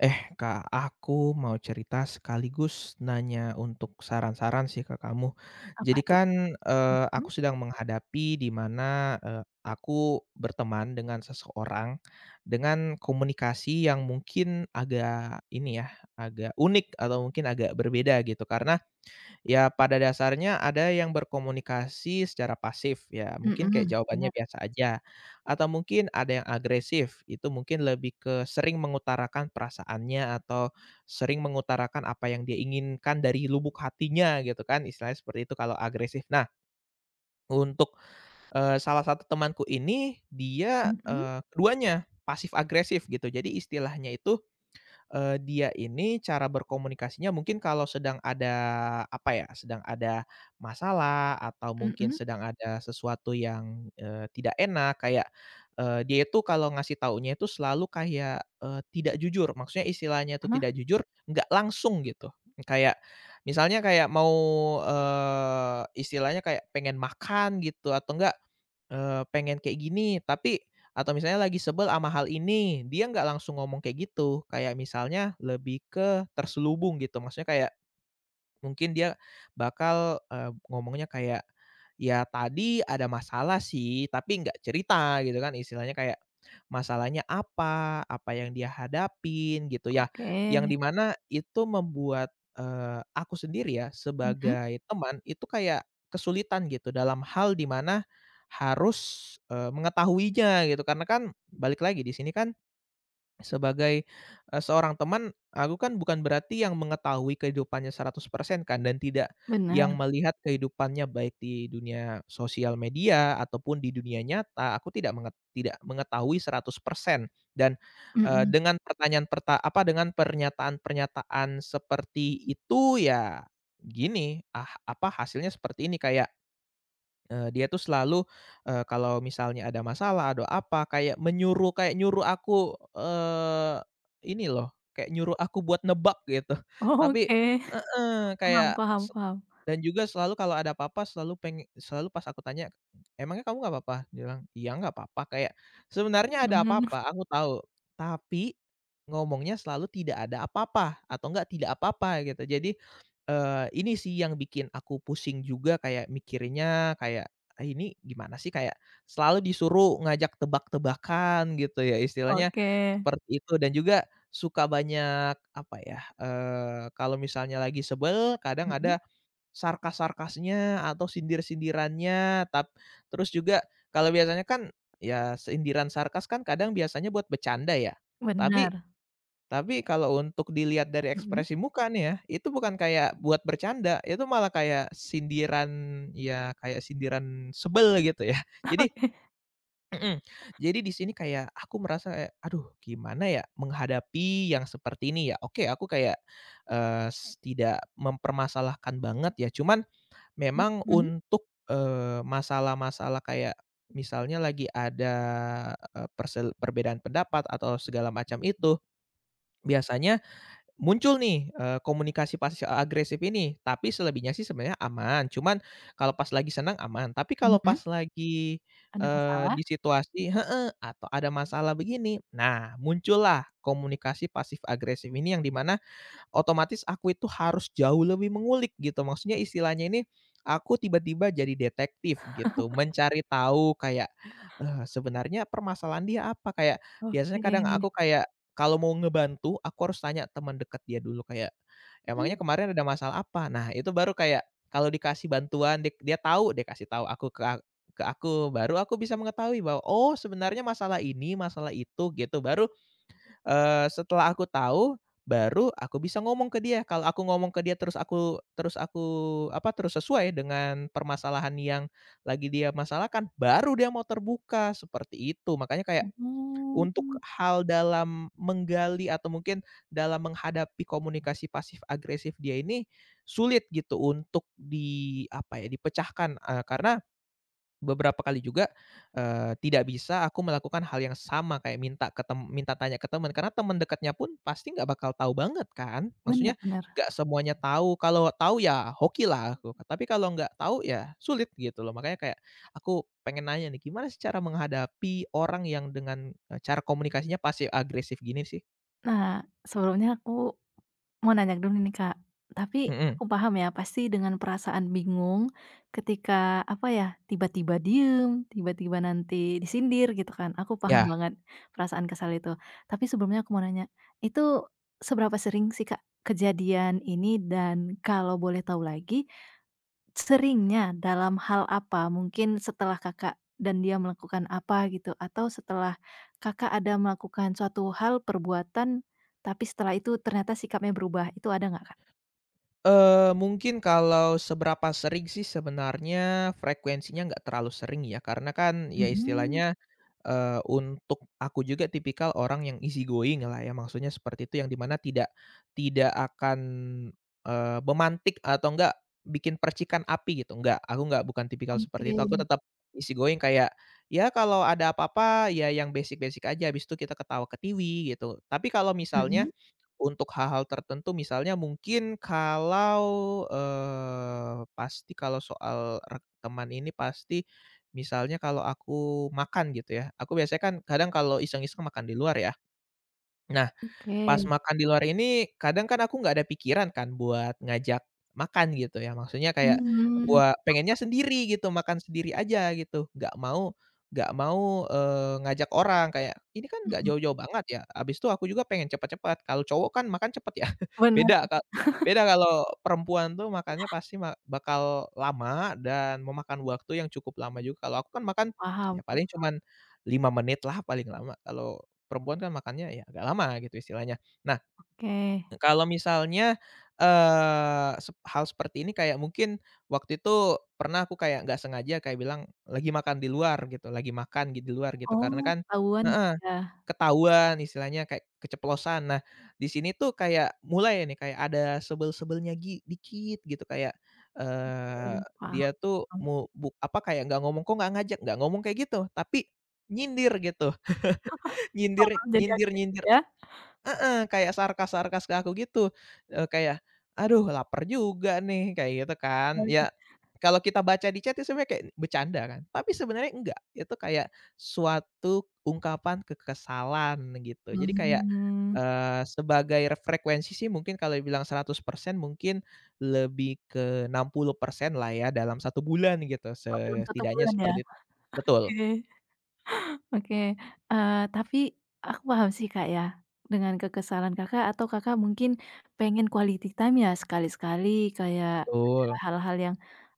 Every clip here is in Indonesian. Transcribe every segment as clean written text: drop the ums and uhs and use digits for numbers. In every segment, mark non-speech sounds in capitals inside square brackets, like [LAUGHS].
Eh, Kak, aku mau cerita sekaligus nanya untuk saran-saran sih ke kamu. Apa Jadi tuh? kan, aku sedang menghadapi di mana, aku berteman dengan seseorang dengan komunikasi yang mungkin agak ini ya, agak unik atau mungkin agak berbeda gitu. Karena ya pada dasarnya ada yang berkomunikasi secara pasif ya, Mhm, mungkin kayak mhm, jawabannya bener. biasa aja, atau mungkin ada yang agresif, itu mungkin lebih ke sering mengutarakan perasaannya atau sering mengutarakan apa yang dia inginkan dari lubuk hatinya gitu kan, istilahnya seperti itu kalau agresif. Nah untuk, salah satu temanku ini dia, Mhm, keduanya pasif agresif gitu, jadi istilahnya itu dia ini cara berkomunikasinya mungkin kalau sedang ada, apa ya, sedang ada masalah atau mungkin mhm, sedang ada sesuatu yang, tidak enak kayak, dia itu kalau ngasih taunya itu selalu kayak, tidak jujur, maksudnya istilahnya itu heeh, tidak jujur, nggak langsung gitu. Kayak misalnya kayak mau, istilahnya kayak pengen makan gitu atau enggak, pengen kayak gini tapi atau misalnya lagi sebel sama hal ini, dia nggak langsung ngomong kayak gitu, kayak misalnya lebih ke terselubung gitu, maksudnya kayak, mungkin dia bakal, ngomongnya kayak, "Ya tadi ada masalah sih, tapi nggak cerita," gitu kan. Istilahnya kayak, masalahnya apa, apa yang dia hadapin gitu ya, yang oke, dimana itu membuat, aku sendiri ya mhm, sebagai teman itu kayak kesulitan gitu dalam hal dimana harus, mengetahuinya gitu. Karena kan balik lagi di sini kan sebagai, seorang teman, aku kan bukan berarti yang mengetahui kehidupannya 100% kan dan tidak yang bener, melihat kehidupannya baik di dunia sosial media ataupun di dunia nyata, aku tidak tidak mengetahui 100% dan, mhm, dengan pertanyaan perta apa, dengan pernyataan-pernyataan seperti itu ya gini, ah, apa, hasilnya seperti ini kayak dia tuh selalu, kalau misalnya ada masalah, ada apa, kayak menyuruh kayak nyuruh aku, ini loh, kayak nyuruh aku buat nebak gitu. [LAUGHS] Tapi oke, heeh, paham kayak paham paham, dan juga selalu kalau ada apa-apa selalu pengen selalu pas aku tanya, "Emangnya kamu nggak apa-apa?" Dia bilang, "Iya nggak apa-apa." Kayak sebenarnya ada mmm, apa-apa, aku tahu, tapi ngomongnya selalu tidak ada apa-apa atau enggak tidak apa-apa gitu. Jadi, ini sih yang bikin aku pusing juga kayak mikirinnya kayak, "Ah, ini gimana sih?" Kayak selalu disuruh ngajak tebak-tebakan gitu ya istilahnya oke, seperti itu dan juga suka banyak apa ya, kalau misalnya lagi sebel kadang mhm, ada sarkas-sarkasnya atau sindir-sindirannya terus juga kalau biasanya kan ya sindiran sarkas kan kadang biasanya buat bercanda ya, tapi bener, tapi kalau untuk dilihat dari mhm, ekspresi muka nih ya, itu bukan kayak buat bercanda, itu malah kayak sindiran ya kayak sindiran sebel gitu ya. Jadi oke, mhm, jadi di sini kayak aku merasa kayak, "Aduh gimana ya menghadapi yang seperti ini ya?" Oke aku kayak, eee, s tidak mempermasalahkan banget ya, cuman memang mhm, untuk, masalah-masalah kayak misalnya lagi ada, eee, persel perbedaan pendapat atau segala macam itu, biasanya muncul nih, komunikasi pasif agresif ini, tapi selebihnya sih sebenarnya aman, cuman kalau pas lagi senang aman, tapi kalau mhm, pas lagi, ada masalah? di situasi heeh, atau ada masalah begini, nah muncullah komunikasi pasif agresif ini yang dimana, otomatis aku itu harus jauh lebih mengulik gitu. Maksudnya istilahnya ini, aku tiba-tiba jadi detektif gitu, mencari tahu kayak, sebenarnya permasalahan dia apa, kayak Oke, biasanya kadang aku kayak kalau mau ngebantu, aku harus tanya teman dekat dia dulu kayak, mmm, "Emangnya kemarin ada masalah apa?" Nah, itu baru kayak kalau dikasih bantuan dia tahu, dia kasih tahu aku ke aku, baru aku bisa mengetahui bahwa, "Oh, sebenarnya masalah ini, masalah itu," gitu. Baru setelah aku tahu, baru aku bisa ngomong ke dia. Kalau aku ngomong ke dia terus aku, apa, terus sesuai dengan permasalahan yang lagi dia masalahkan, baru dia mau terbuka, seperti itu. Makanya kayak oh, untuk hal dalam menggali atau mungkin dalam menghadapi komunikasi pasif agresif dia ini, sulit gitu untuk di, apa ya, dipecahkan, karena beberapa kali juga, tidak bisa aku melakukan hal yang sama kayak minta tanya ke teman, karena teman dekatnya pun pasti nggak bakal tahu banget kan, bener maksudnya bener. nggak semuanya tahu, kalau tahu ya hoki lah aku, tapi kalau nggak tahu ya sulit gitu loh. Makanya kayak aku pengen nanya nih, gimana sih cara menghadapi orang yang dengan, cara komunikasinya pasif agresif gini sih? Nah, sebelumnya aku Mau nanya dulu nih, Kak, tapi Mhm, aku paham ya pasti dengan perasaan bingung ketika apa ya, tiba-tiba diem, tiba-tiba nanti disindir gitu kan, aku paham Hmm. ya. banget perasaan kesal itu. Tapi sebelumnya aku mau nanya, itu seberapa sering sih, Kak, kejadian ini, dan kalau boleh tahu lagi, seringnya dalam hal apa? Mungkin setelah Kakak dan dia melakukan apa gitu? Atau setelah Kakak ada melakukan suatu hal, perbuatan, tapi setelah itu ternyata sikapnya berubah, itu ada nggak, Kak? Mungkin kalau seberapa sering sih sebenarnya frekuensinya nggak terlalu sering ya, karena kan ya Mhm, istilahnya, untuk aku juga tipikal orang yang easy going lah ya, maksudnya seperti itu yang di mana tidak tidak akan, memantik atau enggak bikin percikan api gitu, enggak, aku enggak bukan tipikal oke, seperti itu, aku tetap easy going kayak, ya kalau ada apa-apa ya yang basic-basic aja, habis itu kita ketawa ke TV gitu. Tapi kalau misalnya mhm. untuk hal-hal tertentu misalnya mungkin kalau, pasti kalau soal teman ini pasti misalnya kalau aku makan gitu ya, aku biasanya kan kadang kalau iseng-iseng makan di luar ya. Nah pas Oke, makan di luar ini, kadang kan aku nggak ada pikiran kan buat ngajak makan gitu ya, maksudnya kayak mhm, pengennya sendiri gitu, makan sendiri aja gitu, nggak mau, ngajak orang kayak, "Ini kan nggak mhm, jauh-jauh banget ya," habis itu aku juga pengen cepet-cepet, kalau cowok kan makan cepet ya, [LAUGHS] bener, beda Kak, beda kalau perempuan tuh makannya pasti bakal lama dan memakan waktu yang cukup lama juga, kalau aku kan makan paham, ya paling cuman 5 menit lah paling lama, kalau perempuan kan makannya ya agak lama gitu istilahnya. Nah, oke. kalau misalnya, eee, sep hal seperti ini kayak mungkin waktu itu pernah aku kayak nggak sengaja kayak bilang lagi makan di luar gitu, lagi makan gitu di luar gitu Oh, karena kan ketahuan heeh, ya. ketahuan istilahnya kayak keceplosan. Nah, di sini tuh kayak mulai ya nih kayak ada sebel-sebelnya dikit gitu kayak, eee, Oke, paham. dia tuh mau apa, kayak nggak ngomong, "Kok nggak ngajak?" Nggak ngomong kayak gitu, tapi nyindir gitu, [LAUGHS] nyindir Paham, jadi nyindir agresif nyindir ya? heeh, kayak sarkas-sarkas ke aku gitu, kayak, "Aduh lapar juga nih," kayak gitu kan. Oke. Ya, kalau kita baca di chat itu sebenarnya kayak bercanda kan, tapi sebenarnya enggak, itu kayak suatu ungkapan kekesalan gitu. Jadi kayak, Mhm, sebagai frekuensi sih mungkin kalau dibilang 100% mungkin lebih ke 60% lah ya dalam satu bulan gitu, oh dalam satu setidaknya bulan ya? seperti itu. Betul Oke. Oke, tapi aku paham sih, Kak, ya, dengan kekesalan Kakak, atau Kakak mungkin pengen quality time ya sekali-sekali, kayak ada betul, hal-hal yang,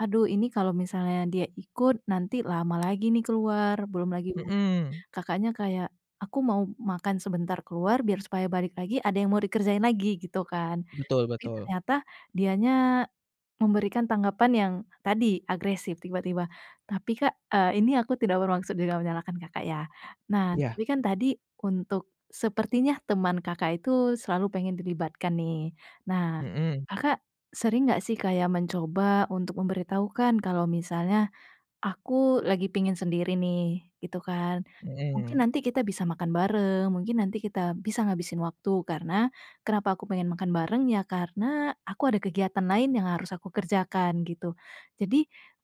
"Aduh, ini kalau misalnya dia ikut nanti lama lagi nih keluar," belum lagi mhm, Kakaknya kayak, "Aku mau makan sebentar keluar biar supaya balik lagi ada yang mau dikerjain lagi," gitu kan. betul Tapi betul. ternyata dianya memberikan tanggapan yang tadi, agresif tiba-tiba, "Tapi Kak, ini aku tidak bermaksud juga menyalahkan Kakak ya." Nah, tapi Iya, kan tadi untuk sepertinya teman Kakak itu selalu pengen dilibatkan nih. Nah, mhm Kakak sering nggak sih kayak mencoba untuk memberitahukan kalau misalnya aku lagi pingin sendiri nih, gitu kan. Mungkin mhm. nanti kita bisa makan bareng, mungkin nanti kita bisa ngabisin waktu, karena kenapa aku pengen makan bareng, ya karena aku ada kegiatan lain yang harus aku kerjakan, gitu. Jadi,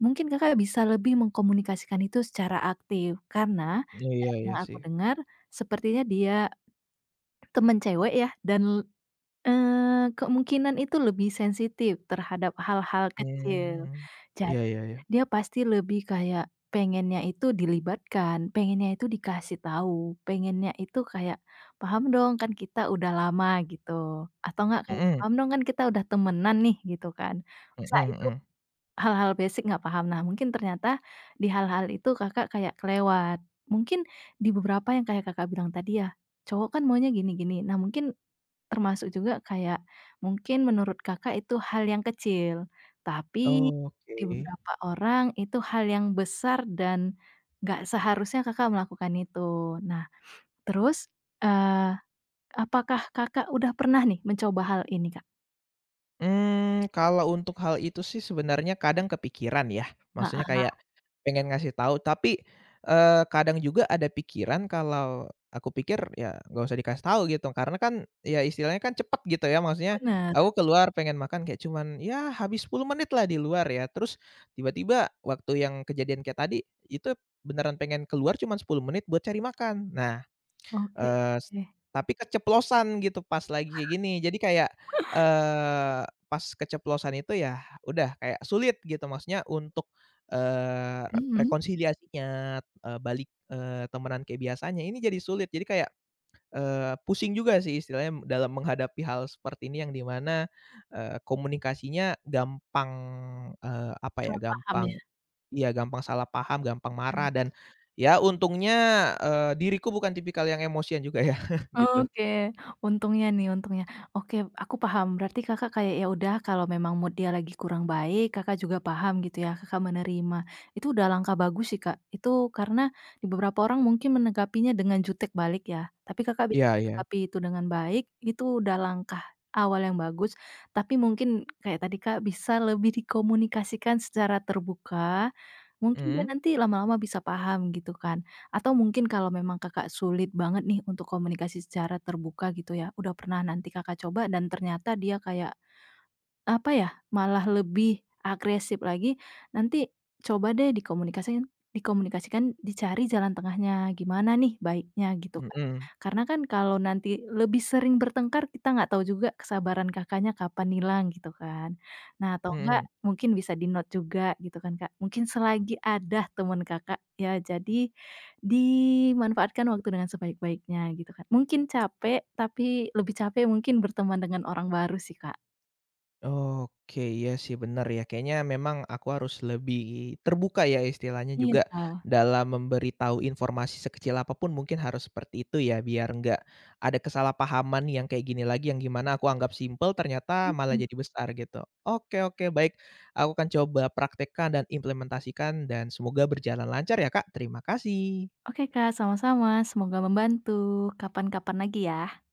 mungkin Kakak bisa lebih mengkomunikasikan itu secara aktif, karena Iya dari iya yang aku sih, dengar sepertinya dia temen cewek ya, dan, kemungkinan itu lebih sensitif terhadap hal-hal kecil. mmm, Ja iya iya iya, Dia pasti lebih kayak pengennya itu dilibatkan, pengennya itu dikasih tahu, pengennya itu kayak, "Paham dong kan kita udah lama," gitu. Atau enggak kayak, mhm "Paham dong kan kita udah temenan nih," gitu kan. Masa mhm itu mhm, hal-hal basic nggak paham. Nah, mungkin ternyata di hal-hal itu Kakak kayak kelewat. Mungkin di beberapa yang kayak Kakak bilang tadi ya, cowok kan maunya gini-gini. Nah, mungkin termasuk juga kayak mungkin menurut Kakak itu hal yang kecil, tapi oke. di beberapa orang itu hal yang besar dan nggak seharusnya Kakak melakukan itu. Nah, terus, eee, apakah Kakak udah pernah nih mencoba hal ini, Kak? Mmm, kalau untuk hal itu sih sebenarnya kadang kepikiran ya, maksudnya Heeh, kayak pengen ngasih tahu tapi, kadang juga ada pikiran kalau aku pikir ya nggak usah dikasih tahu gitu karena kan ya istilahnya kan cepet gitu ya maksudnya bener. aku keluar pengen makan kayak cuman ya habis 10 menit lah di luar ya terus tiba-tiba waktu yang kejadian kayak tadi itu beneran pengen keluar cuman 10 menit buat cari makan. Nah Oke. Eee, s tapi keceplosan gitu pas lagi kayak gini. Jadi kayak, eee, pas keceplosan itu ya udah kayak sulit gitu maksudnya untuk, eee, re Mhm, rekonsiliasinya, balik, temenan kayak biasanya ini jadi sulit. Jadi kayak, pusing juga sih istilahnya dalam menghadapi hal seperti ini yang di mana, komunikasinya gampang, apa ya, salah paham gampang ya? iya, gampang salah paham, gampang marah Bener. dan, ya untungnya, diriku bukan tipikal yang emosian juga ya, [LAUGHS] gitu. Oke, untungnya nih, untungnya. Oke, aku paham. Berarti Kakak kayak ya udah kalau memang mood dia lagi kurang baik, Kakak juga paham gitu ya, Kakak menerima. Itu udah langkah bagus sih, Kak. Itu karena di beberapa orang mungkin menanggapinya dengan jutek balik ya, tapi Kakak bisa Iya iya. menanggapi itu dengan baik, itu udah langkah awal yang bagus. Tapi mungkin kayak tadi Kak bisa lebih dikomunikasikan secara terbuka. Mungkin dia Mhm, nanti lama-lama bisa paham gitu kan. Atau mungkin kalau memang Kakak sulit banget nih untuk komunikasi secara terbuka gitu ya, udah pernah nanti Kakak coba dan ternyata dia kayak malah lebih agresif lagi, nanti coba deh dikomunikasikan, dicari jalan tengahnya, gimana nih baiknya gitu kan. mhm, Karena kan kalau nanti lebih sering bertengkar, kita nggak tahu juga kesabaran Kakaknya kapan hilang gitu kan. Nah, atau enggak mhm. mungkin bisa di-note juga gitu kan Kak, mungkin selagi ada teman Kakak ya, jadi dimanfaatkan waktu dengan sebaik-baiknya gitu kan. Mungkin capek, tapi lebih capek mungkin berteman dengan orang baru sih, Kak. Oke, iya sih benar ya. Kayaknya memang aku harus lebih terbuka ya istilahnya juga Iya. dalam memberitahu informasi sekecil apapun mungkin harus seperti itu ya biar nggak ada kesalahpahaman yang kayak gini lagi yang gimana aku anggap simpel ternyata malah Mhm. jadi besar gitu. Oke oke baik, aku akan coba praktekkan dan implementasikan dan semoga berjalan lancar ya Kak. Terima kasih. Oke Kak, sama-sama. Semoga membantu. Kapan-kapan lagi ya.